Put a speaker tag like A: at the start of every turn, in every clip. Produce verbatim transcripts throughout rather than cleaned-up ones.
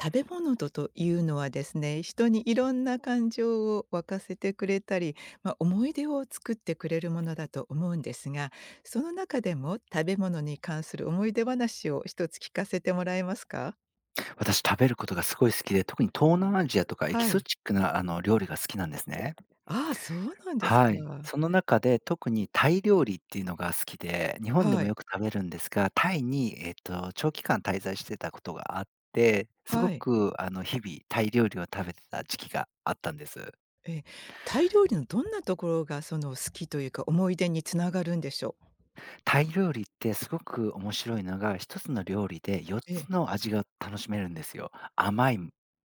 A: 食べ物とというのはですね、人にいろんな感情を沸かせてくれたり、まあ、思い出を作ってくれるものだと思うんですが、その中でも食べ物に関する思い出話を一つ聞かせてもらえますか？
B: 私、食べることがすごい好きで、特に東南アジアとかエキ
A: は
B: ゾ
A: い。
B: チックな、あの、料理が好きなんですね。
A: ああ、そうなんですか。
B: はい。その中で特にタイ料理っていうのが好きで、日本で
A: は
B: も
A: い。
B: よく食べるんですが、タイに、えっと、長期間滞在してたことがあって、す
A: は
B: ご
A: い。
B: く、あの、日々タイ料理を食べてた時期があったんです。
A: ええ。タイ料理のどんなところがその好きというか、思い出につながるんでしょう？
B: タイ料理ってすごく面白いのが、一つの料理で4
A: え
B: つ
A: え、
B: の味が楽しめるんですよ。甘い、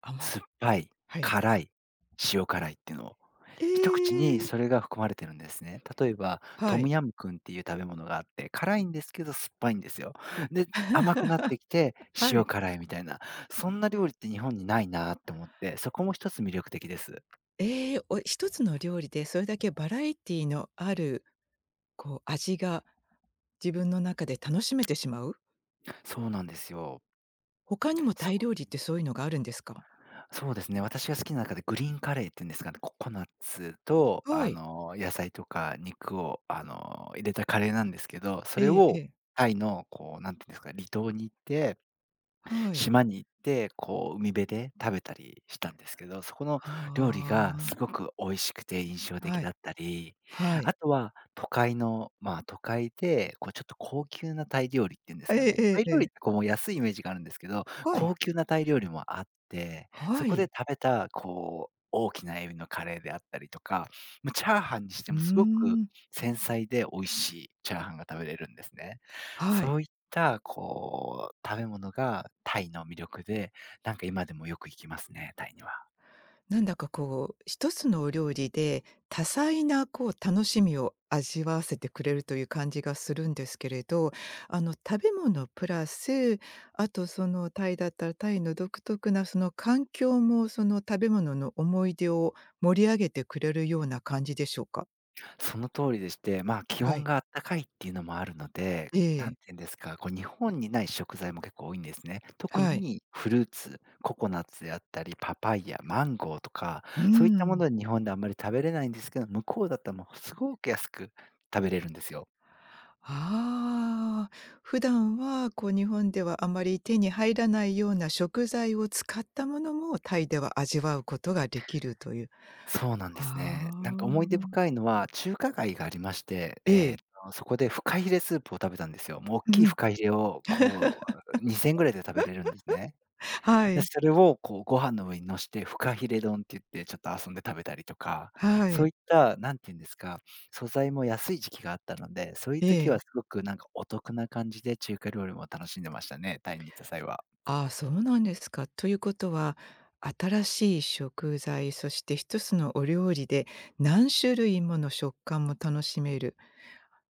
A: 甘
B: 酸
A: い。
B: っぱい、
A: はい。
B: 辛い、塩辛いっていうのを。
A: え
B: 一口にそ
A: え。
B: れが含まれてるんですね。例えば、ト
A: は
B: ム
A: い。
B: ヤムクンっていう食べ物があって、辛いんですけど酸っぱいんですよ。で、甘くなってきて
A: は
B: 塩
A: い。
B: 辛いみたいな、そんな料理って日本にないなって思って、そこも一つ魅力的です。
A: ええ、お一つの料理でそれだけバラエティのある、こう、味が自分の中で楽しめてしまう？
B: そうなんですよ。
A: 他にもタ
B: そ
A: イ
B: こ
A: 料理ってそういうのがあるんですか？
B: そうですね、私が好きな中でグリーンカレーっていうんですかね、ココナッツと、
A: は
B: あ
A: い。
B: の、野菜とか肉を、あの、入れたカレーなんですけど、それ
A: えええ
B: を
A: え。
B: タイのこう、なんていうんですか、離島に行って
A: はい。
B: 島に行って、こう、海辺で食べたりしたんですけど、そこの
A: あ
B: 料理がすごく美味しくて印象
A: あ、は
B: 的だっ
A: い、
B: たり、
A: は
B: あ
A: い。
B: とは都会のまあ、都会で、こう、ちょっと高級なタイ料理っていうんです
A: はい。え
B: か
A: え
B: ね。タ
A: え
B: イ
A: ええ
B: 料理っ
A: え。
B: てこう、安いイメージがあるんですけど、
A: はい。
B: 高級なタイ料理もあって、そ
A: は
B: こで
A: い。
B: 食べた、こう、大きなエビのカレーであったりとか、もうチャーハンにして
A: うー
B: もすごく
A: ん。
B: 繊細で美味しいチャーハンが食べれるんですね。
A: はい。
B: そういった、こう、食べ物がタイの魅力で、なんか今でもよく行きますね、タイには。
A: なんだかこう、一つのお料理で多彩なこう楽しみを味わわせてくれるという感じがするんですけれど、あの食べ物プラス、あとそのタイだったらタイの独特なその環境もその食べ物の思い出を盛り上げてくれるような感じでしょうか？
B: その通りでして、まあ、気
A: は
B: 温
A: い。
B: があったかいっていうのもあるので、
A: え
B: なん
A: え。
B: ていうんですか、こう日本にない食材も結構多いんですね。特
A: はい。
B: にフルーツ、ココナッツであったり、パパイヤ、マンゴーとか、
A: うー
B: そういったも
A: ん。
B: のは日本であんまり食べれないんですけど、向こうだったらもうすごく安く食べれるんですよ。
A: ああ、普段はこう日本ではあまり手に入らないような食材を使ったものもタイでは味わうことができるという。
B: そうなんです
A: あ
B: ね。なんか思い出
A: あ、
B: 深いのは、中華街がありまして、
A: え
B: えっ
A: え。
B: と、そこでフカヒレスープを食べたんですよ。もう大
A: う
B: きい
A: ん、
B: フカヒレをこう、にせんえんぐらいで食べれるんですね。
A: は
B: で、
A: い、
B: それをこうご飯の上に乗して、フカヒレ丼って言ってちょっと遊んで食べたりとか、
A: は
B: そう
A: い。
B: いった、なんていうんですか、素材も安い時期があったので、そういう
A: え
B: 時は
A: え。
B: すごくなんかお得な感じで中華料理も楽しんでましたね、タイに行った際は。
A: ああ、そうなんですか。ということは、新しい食材、そして一つのお料理で何種類もの食感も楽しめる。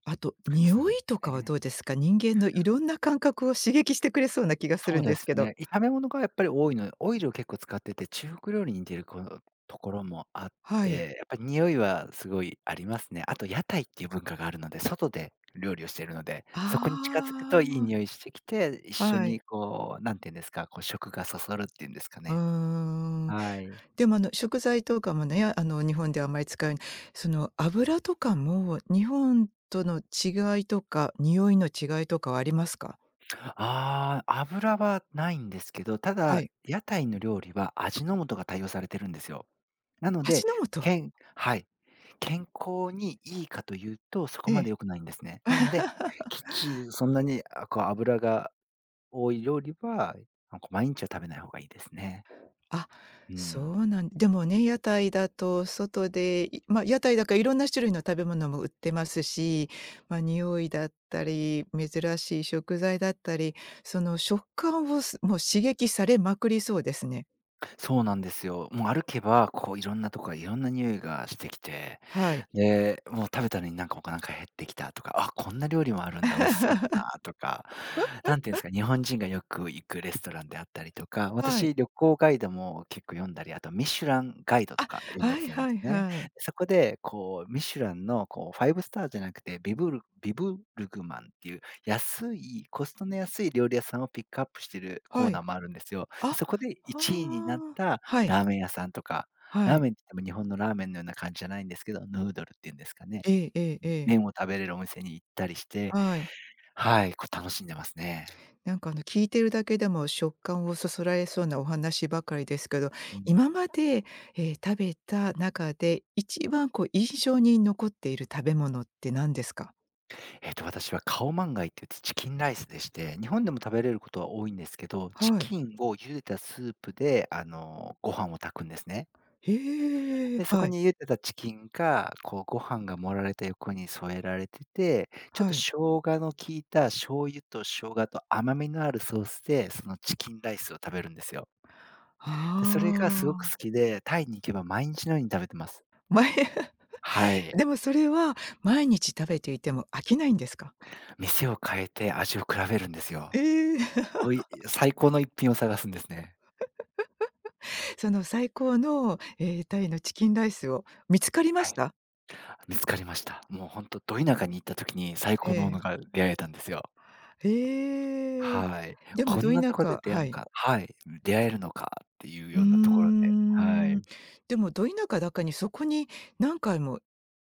A: あと、
B: そうです
A: 匂
B: んね。
A: いとかはどうですか？人間のいろんな感覚を刺激してくれそうな気がす
B: そ
A: る
B: う
A: んで
B: で
A: す
B: す
A: けど。
B: ね。炒め物がやっぱり多いので、オイルを結構使ってて、中国料理に似てるこのところもあっ
A: はい。
B: て、やっぱり匂いはすごいありますね。あと屋台っていう文化があるので、外で料理をしているので、そこに近づく
A: あ
B: といい
A: あ、
B: 匂いしてきて、一緒
A: はい。
B: にこう、なんていうんですか、こう食がそそるっていうんですか
A: うー
B: ね。
A: ん。
B: はい。
A: でも、あの、食材とかもね、あの、日本ではあまり使うその、油とかも、日本との違いとか、匂いの違いとかはありますか？
B: ああ、油はないんですけど、た
A: は
B: だ、
A: い。
B: 屋台の料理は味の素が対応されてるんですよ。なの
A: 味
B: で、
A: の素。
B: けんはい。健康にいいかというと、そこ
A: え
B: ま
A: え。
B: で良くないんですね。なので、きっちりそんなに、あ、こう油が多い料理は、なんか毎日は食べない方がいいですね。
A: あ、
B: う
A: そう
B: ん。
A: なんでもね、屋台だと外で、いま、屋台だからいろんな種類の食べ物も売ってますし、ま、匂いだったり、珍しい食材だったり、その食感をすもう刺激されまくりそうですね。
B: そうなんですよ。もう歩けば、こういろんなとこからいろんな匂いがしてきて
A: はい。
B: で、もう食べたのになんかお腹減ってきたとか、あ、こんな料理もあるんだ、美味しそうだな とか、なんていうんですか、日本人がよく行くレストランであったりとか、
A: はい。
B: 私、旅行ガイドも結構読んだり、あとミシュランガイドと
A: あ、
B: か読んだ
A: は
B: り
A: い
B: するんで
A: は
B: す
A: い
B: ね。
A: はい。
B: そこで、こう、ミシュランのこうファイブスターじゃなくて、ビブルビブルグマンっていう安い、コストの安い料理屋さんをピックアップしてるコ
A: は
B: ーナ
A: い。
B: ーもあるんですよ。で、
A: あ、
B: そこでいちいになっ
A: はあ。
B: た
A: はい。
B: ラーメン屋さんとか
A: は
B: ラー
A: い。
B: メンって言っても日本のラーメンのような感じじゃないんですけど、ヌードルっていうんですかね。
A: ええええええ。
B: 麺を食べれるお店に行ったりして、
A: はい。
B: はい、こう楽しんでますね。
A: なんかあの聞いてるだけでも食感をそそられそうなお話ばかりですけど、
B: うん。
A: 今まで、えー、食べた中で一番こう印象に残っている食べ物って何ですか？
B: えっと、私はカオマンガイって言っうチキンライスでして、日本でも食べれることは多いんですけど、チ
A: はい。
B: キンを茹でたスープで、あの、ご飯を炊くんですね。
A: へえ、
B: で、そこ
A: はい、
B: に茹でたチキンが、こうご飯が盛られた横に添えられてて、ちょっ
A: は
B: と生
A: い。
B: 姜の効いた醤油と生姜と甘みのあるソースで、そのチキンライスを食べるんですよ。で、それがすごく
A: あ
B: 好
A: あ。
B: きで、タイに行けば毎日のように食べてます。
A: ま
B: はい。
A: でもそれは毎日食べていても飽きないんですか？
B: 店を変えて味を比べるんですよ。
A: ええ
B: おい最高の一品を探すんですね。
A: その最高の、えー、タイのチキンライスを見つかりま
B: は
A: し
B: い。
A: た？
B: 見つかりました。もうほんとど田舎に行った時に最
A: え
B: 高のも
A: え。
B: のが出会えたんですよ。
A: へえ。
B: はい。
A: でも
B: こ
A: ど
B: んな
A: 田
B: とこで
A: 舎、
B: 出会
A: は
B: うの
A: い。
B: かはい、出会えるのかっていう
A: うー
B: ようなところで、は
A: ん。
B: い。
A: でもど田舎だかにそこに何回も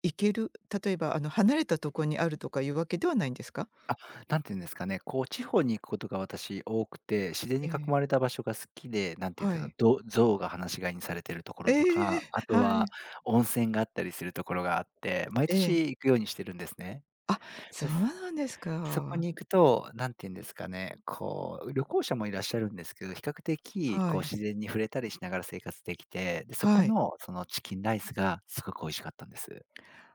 A: 行ける、例えばあの離れたとこにあるとかいうわけではないんですか？
B: あ、なんていうんですかね、こう地方に行くことが私多くて、自然
A: え
B: に囲
A: え、
B: まれた場所が好きで、なんていうん
A: は
B: ですか、
A: い。
B: ど象が放し飼いにされてるとこ
A: え
B: ろとか、
A: え、
B: あと
A: はい、
B: は温泉があったりするところがあって、毎
A: え
B: 年
A: え。
B: 行くようにしてるんですね。
A: あ、そ
B: で
A: う
B: す。
A: なんです
B: そこ
A: か。
B: に行くと、なんていうんですかね、こう、旅行者もいらっしゃるんですけど、比較的
A: は
B: こう
A: い、
B: 自然に触れたりしながら生活できて、で、そこ
A: はい。
B: のそのチキンライスがすごく美味しかったんです。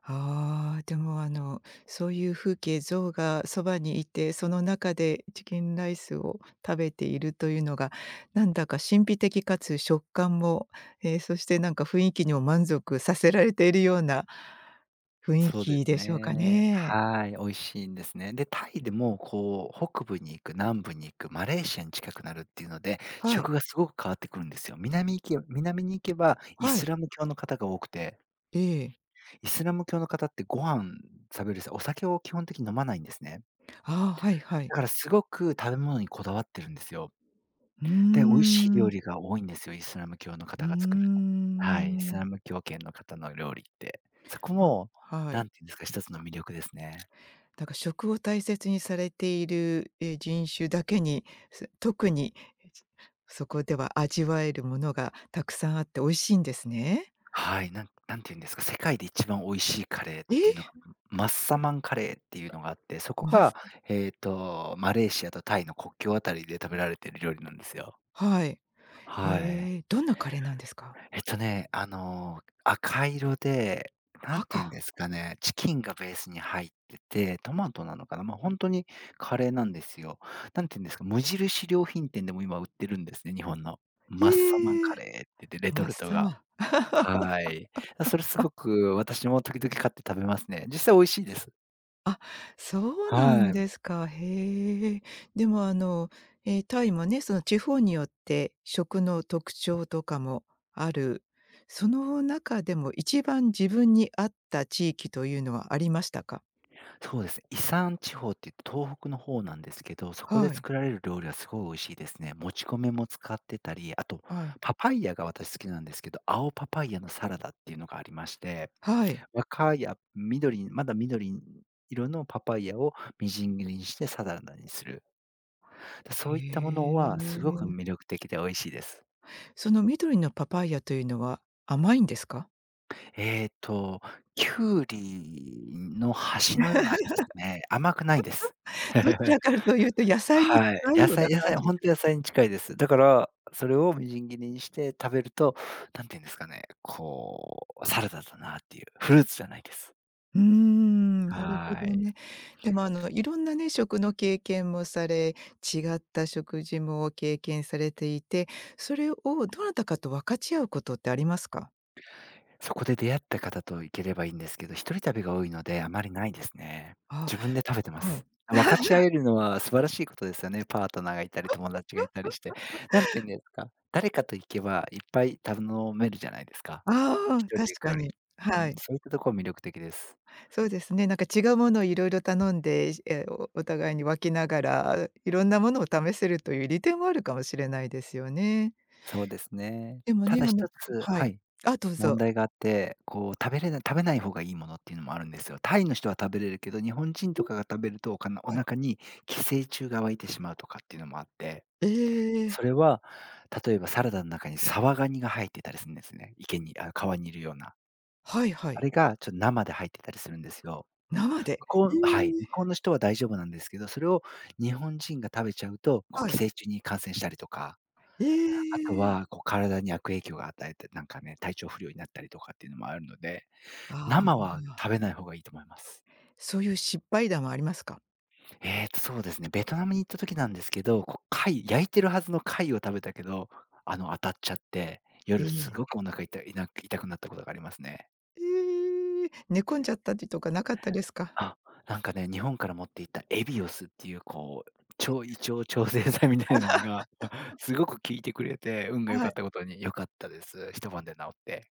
A: ああ、でもあの、そういう風景、象がそばにいて、その中でチキンライスを食べているというのが、なんだか神秘的かつ食感も、えーそしてなんか雰囲気にも満足させられているような雰囲
B: そうで
A: 気
B: す
A: でしょうか
B: ね。
A: ね。
B: はい、美味しいんですね。で、タイでもこう北部に行く、南部に行く、マレーシアに近くなるっていうので、
A: はい、
B: 食がすごく変わってくるんですよ。南行け南に行けばイ
A: は
B: ス
A: い、
B: ラム教の方が多くて、
A: ええ、
B: イスラム教の方ってご飯食べる際、お酒を基本的に飲まないんですね。
A: ああ、はい、はい。
B: だからすごく食べ物にこだわってるんですよ。
A: うー
B: で、美味しい料
A: ん、
B: 理が多いんですよ、イスラム教の
A: うー
B: 方が作るの。はい、イス
A: ん、
B: ラム教圏の方の料理って。そこ
A: ま、
B: も、
A: は
B: 何
A: い。
B: て言うんですか、一つの魅力ですね。
A: だか、食を大切にされている、え、人種だけに、す特に、え、そそこでは味わえるものがたくさんあって美味しいんですね。
B: はい、なんなんていうんですか、世界で一番美味しいカレーっ
A: え
B: ていうのが、
A: え！
B: マッサマンカレーっていうのがあって、そこ
A: ま
B: が、
A: す。
B: えっと、マレーシアとタイの国境あたりで食べられてる料理なんですよ。
A: はい。
B: はい。
A: へえ、どんなカレーなんですか？
B: えっとね、あの、赤色で、なんていうん
A: 赤。
B: ですかね、チキンがベースに入ってて、トマトなのかな、ま、あ本当にカレーなんですよ。なんていうんですか、無印良品店でも今売ってるんですね、日本の。マッサマン
A: ええ！
B: カレーって言って、レ
A: マ
B: ト
A: ッ
B: ルト
A: サ
B: が。
A: マ。
B: はい。それすごく私も時々買って食べますね。実際美味しいです。
A: あ、そうな
B: は
A: ん
B: い。
A: ですか。へえ。でも、あの、えータイもね、その地方によって食の特徴とかもある。その中でも一番自分に合った地域というのはありましたか？
B: そうですね。伊山地方って言って東北の方なんですけど、そこで
A: はい、
B: 作られる料理はすごい美味しいですね。もち米も使ってたり、あと
A: はい、
B: パパイヤが私好きなんですけど、青パパイヤのサラダっていうのがありまして、
A: はい。
B: 若いあ緑まだ緑色のパパイヤをみじん切りにしてサラダにする。そういったもの
A: へ
B: はすごく
A: え。
B: 魅力的で美味しいです。
A: その緑のパパイヤというのは甘いんですか？
B: ええと、きゅうりの端のような味ですね。甘くないです。
A: どちら かというと野菜に
B: はい。
A: 近い
B: 野
A: ような
B: 菜野
A: 感
B: 菜
A: じ。
B: 本当野菜に近いです。だから、それをみじん切りにして食べると、何て言うんですかね、こう、サラダだなっていう、フルーツじゃないです。
A: うーん、なるほ
B: はー
A: ど
B: い。
A: ね。でもあの、いろんなね、食の経験もされ、違った食事も経験されていて、それをどなたかと分かち合うことってありますか？
B: そこで出会った方と行ければいいんですけど、一人旅が多いので、あまりないですね。
A: あ、
B: 自分で食べてま
A: は
B: す。
A: い。
B: 分かち合 えるのは素晴らしいことですよね。パートナーがいたり、友達がいたりして。なんて言うんですか、誰かと行けばいっぱい頼めるじゃないですか。
A: あ
B: 一
A: あ、
B: 人で
A: 確
B: 行く
A: か
B: より。
A: に。
B: う
A: は
B: ん、
A: い。
B: そういったとこは魅力的です。
A: そうですね、なんか違うものをいろいろ頼んで、え、おお互いに分けながら、いろんなものを試せるという利点もあるかもしれないですよね。
B: そうですね。
A: でも
B: た
A: ね、
B: だ
A: あの
B: 一つ、
A: は
B: は
A: い。
B: い、
A: あ、どう
B: 問
A: ぞ。
B: 題があって、こう食べれない食べない方がいいものっていうのもあるんですよ。タイの人は食べれるけど、日本人とかが食べると、おかなお
A: はい。
B: 腹に寄生虫が湧いてしまうとかっていうのもあって。
A: え
B: そ
A: え。
B: れは、例えばサラダの中にサワガニが入ってたりするんですね。池に、あ、川にいるような。
A: はいは
B: あれ
A: い。
B: がちょっと生で入ってたりするんですよ。
A: 生で。
B: 向こ
A: え
B: うはい、向こう
A: え、
B: の人は大丈夫なんですけど、それを日本人が食べちゃうと、こ
A: は
B: う寄
A: い。
B: 生虫に感染したりとか、
A: え
B: あと
A: え。
B: はこう体に悪影響が与えて、なんかね、体調不良になったりとかっていうのもあるので、
A: あ
B: 生は
A: あ、
B: 食べない方がいいと思います。
A: そういう失敗談はありますか？
B: ええと、そうですね、ベトナムに行った時なんですけど、こう貝焼いてるはずの貝を食べたけど、あの、当たっちゃって、
A: え
B: 夜す
A: え。
B: ごくお腹痛いな痛くなったことがありますね。
A: ええ、寝込んじゃったりとかなかったですか？
B: あ、なんかね、日本から持っていったエビオスっていうこう、超胃腸調整剤みたいなのが、すごく効いてくれて、運が良
A: は
B: か
A: い。
B: ったことに良かったです。一晩で治って。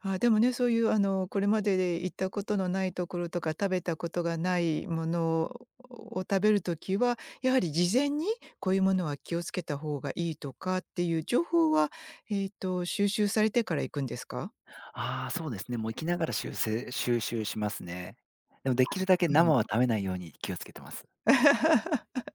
A: あ、でもね、そういうあの、これまでで行ったことのないところとか、食べたことがないものを食べる時は、やはり事前にこういうものは気をつけた方がいいとかっていう情報は、えっと、収集されてから行くんですか？
B: ああ、そうですね、もう生きながら修正収集しますね。でもできるだけ
A: は
B: 生
A: い。
B: は食べないように気をつけてます。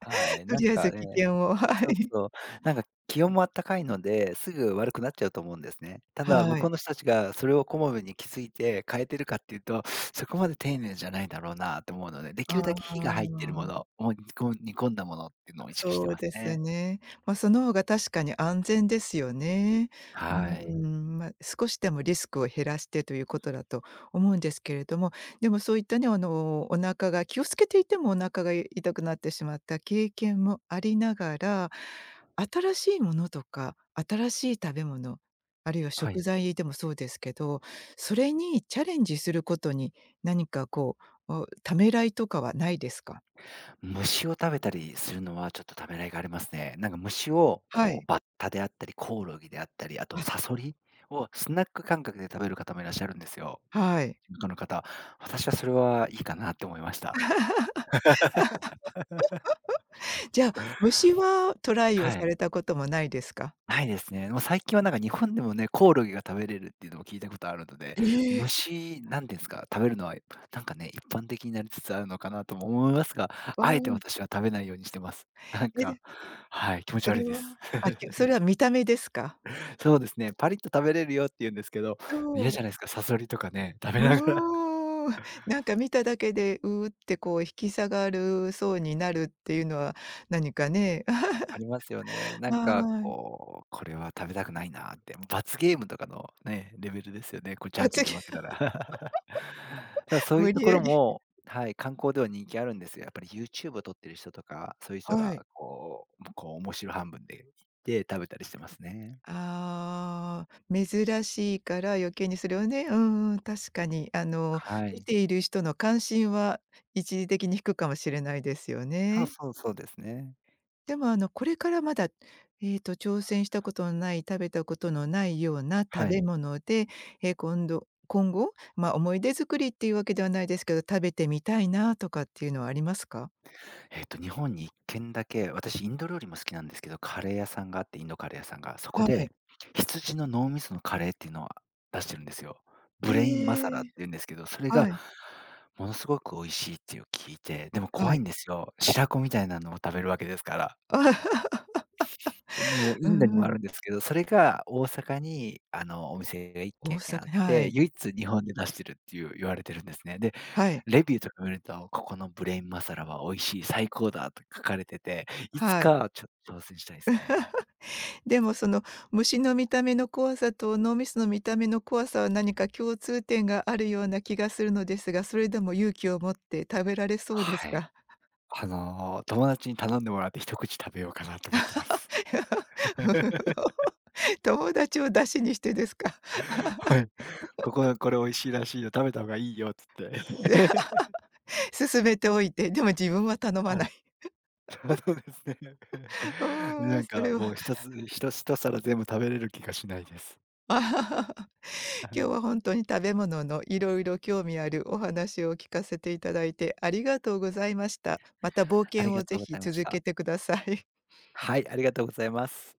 B: は い、
A: と
B: なん
A: りあえ
B: か
A: ず危
B: ね、
A: 険を、は
B: そう
A: い。
B: そう。なんか気温もあったかいので、すぐ悪くなっちゃうと思うんですね。ただ、向
A: は
B: こ
A: い。
B: うの人たちがそれをこまめに気づいて変えてるかっていうと、そこまで丁寧じゃないだろうなと思うので、でき
A: あ
B: るだけ火が
A: あ、
B: 入ってるもの、もう煮こ煮込んだものっていうのを意識し
A: そ
B: て
A: う
B: ます
A: です
B: ね。
A: ね。まあ、その方が確かに安全ですよね。う
B: は
A: ー
B: い。
A: ん、まあ、少しでもリスクを減らしてということだと思うんですけれども、でもそういったね、あの、お腹が気をつけていてもお腹が痛くなってしまった経験もありながら、新しいものとか、新しい食べ物、あるいは
B: は
A: 食
B: い。
A: 材でもそうですけど、それにチャレンジすることに、何かこう、おためらいとかはないですか？
B: 虫を食べたりするのはちょっとためらいがありますね。なんか虫を
A: は
B: こ
A: い。
B: うバッタであったり、コオロギであったり、あと
A: あ、
B: サソリをスナック感覚で食べる方もいらっしゃるんですよ。
A: はい。
B: 地元の方。私はそれはいいかなって思いました。
A: じゃあ、虫はトライを
B: は
A: さ
B: い。
A: れたこともないですか？
B: ないですね。もう最近はなんか日本でもね、コオロギが食べれるっていうのも聞いたことあるので、
A: ええ、
B: 虫、なんていうんですか、食べるのはなんかね、一般的になりつつあるのかなとも思いますが、
A: あ
B: あえて
A: あ、
B: 私は食べないようにしてます。なん
A: え、
B: か、
A: で、
B: はい、気持ち
A: それ
B: 悪いで
A: は
B: す。
A: あ、きゅそれは見た目ですか？
B: そうですね、パリッと食べれるよって言うんですけど、
A: そ
B: 嫌じ
A: う。
B: ゃないですか、サソリとかね、食べながら
A: うーん。なんか見ただけで、うってこう引き下がるそうになるっていうのは、何かね。
B: あ りますよね。なんか
A: はい。
B: こう、これは食べたくないなって、罰ゲームとかのね、レベルですよね、こうじゃ
A: あ、
B: んけ
A: つ
B: んで
A: ぎ
B: 負けたら。ただそういう
A: 無
B: と
A: 理
B: こ
A: や
B: ろ
A: り、
B: も、はい、観光では人気あるんですよ。やっぱり ユーチューブ を撮ってる人とか、そういう人
A: はい。
B: がこう、こう面白半分で行って食べたりしてますね。
A: ああ、珍しいから余計にそれをね、うんうん、確かに、あの、
B: は
A: 見
B: い。
A: ている人の関心は一時的に低くかもしれないですよ
B: そう
A: ね。
B: そうそうですね。
A: でも、あの、これからまだ、えっと、挑戦したことのない、食べたことのないような食
B: はい。
A: べ物で、え、今度今後、ま、思い出作りっていうわけではないですけど、食べてみたいなとかっていうのはありますか？
B: えっと、日本にいっ軒だけ、私インド料理も好きなんですけど、カレー屋さんがあって、インドカレー屋さんが、そこ
A: はい。
B: で、羊の脳みそのカレーっていうのを出してるんですよ。
A: え
B: ブレインマサラっ
A: え、
B: て言うんですけど、それが
A: はい、
B: ものすごく美味しいっていう聞いて、でも
A: は
B: 怖い
A: い。
B: んですよ。白子みたいなのを食べるわけですから。でも
A: う
B: インドに
A: んう
B: もあ
A: ん。
B: るんですけど、それが大阪にあの、お店がいっ
A: 大
B: 軒あ
A: 阪、
B: っ
A: は
B: て、
A: い、
B: 唯一日本で出してるっていう言われてるんですね。で
A: はい、
B: レビューとか見ると、ここのブレインマサラは美味しい、最高だと書かれてて、いつ
A: はい。
B: かちょ挑戦したいですね。
A: でもその虫の見た目の怖さと脳みその見た目の怖さは何か共通点があるような気がするのですが、それでも勇気を持って食べられそうです
B: はい。
A: か？
B: あの、友達に頼んでもらって一口食べようかなと思ってます。
A: 友達を出しにしてですか？
B: はい。ここはこれ美味しいらしいよ、食べた方がいいよっつって。
A: 進 勧めておいて、でも自分は頼 ま
B: は
A: な
B: い。
A: い。
B: そうですね。
A: う ーん、
B: なん
A: そ
B: か
A: れ
B: もう
A: は
B: 一つ一と皿全部食べれる気がしないです。は
A: 今日
B: い。
A: は本当に食べ物のいろいろ興味あるお話を聞かせていただいてありがとうございました。また冒
B: あ
A: 険
B: りが
A: をぜ
B: とうご
A: ひ
B: ざいまし
A: 続け
B: た。
A: てください。
B: はい、ありがとうございます。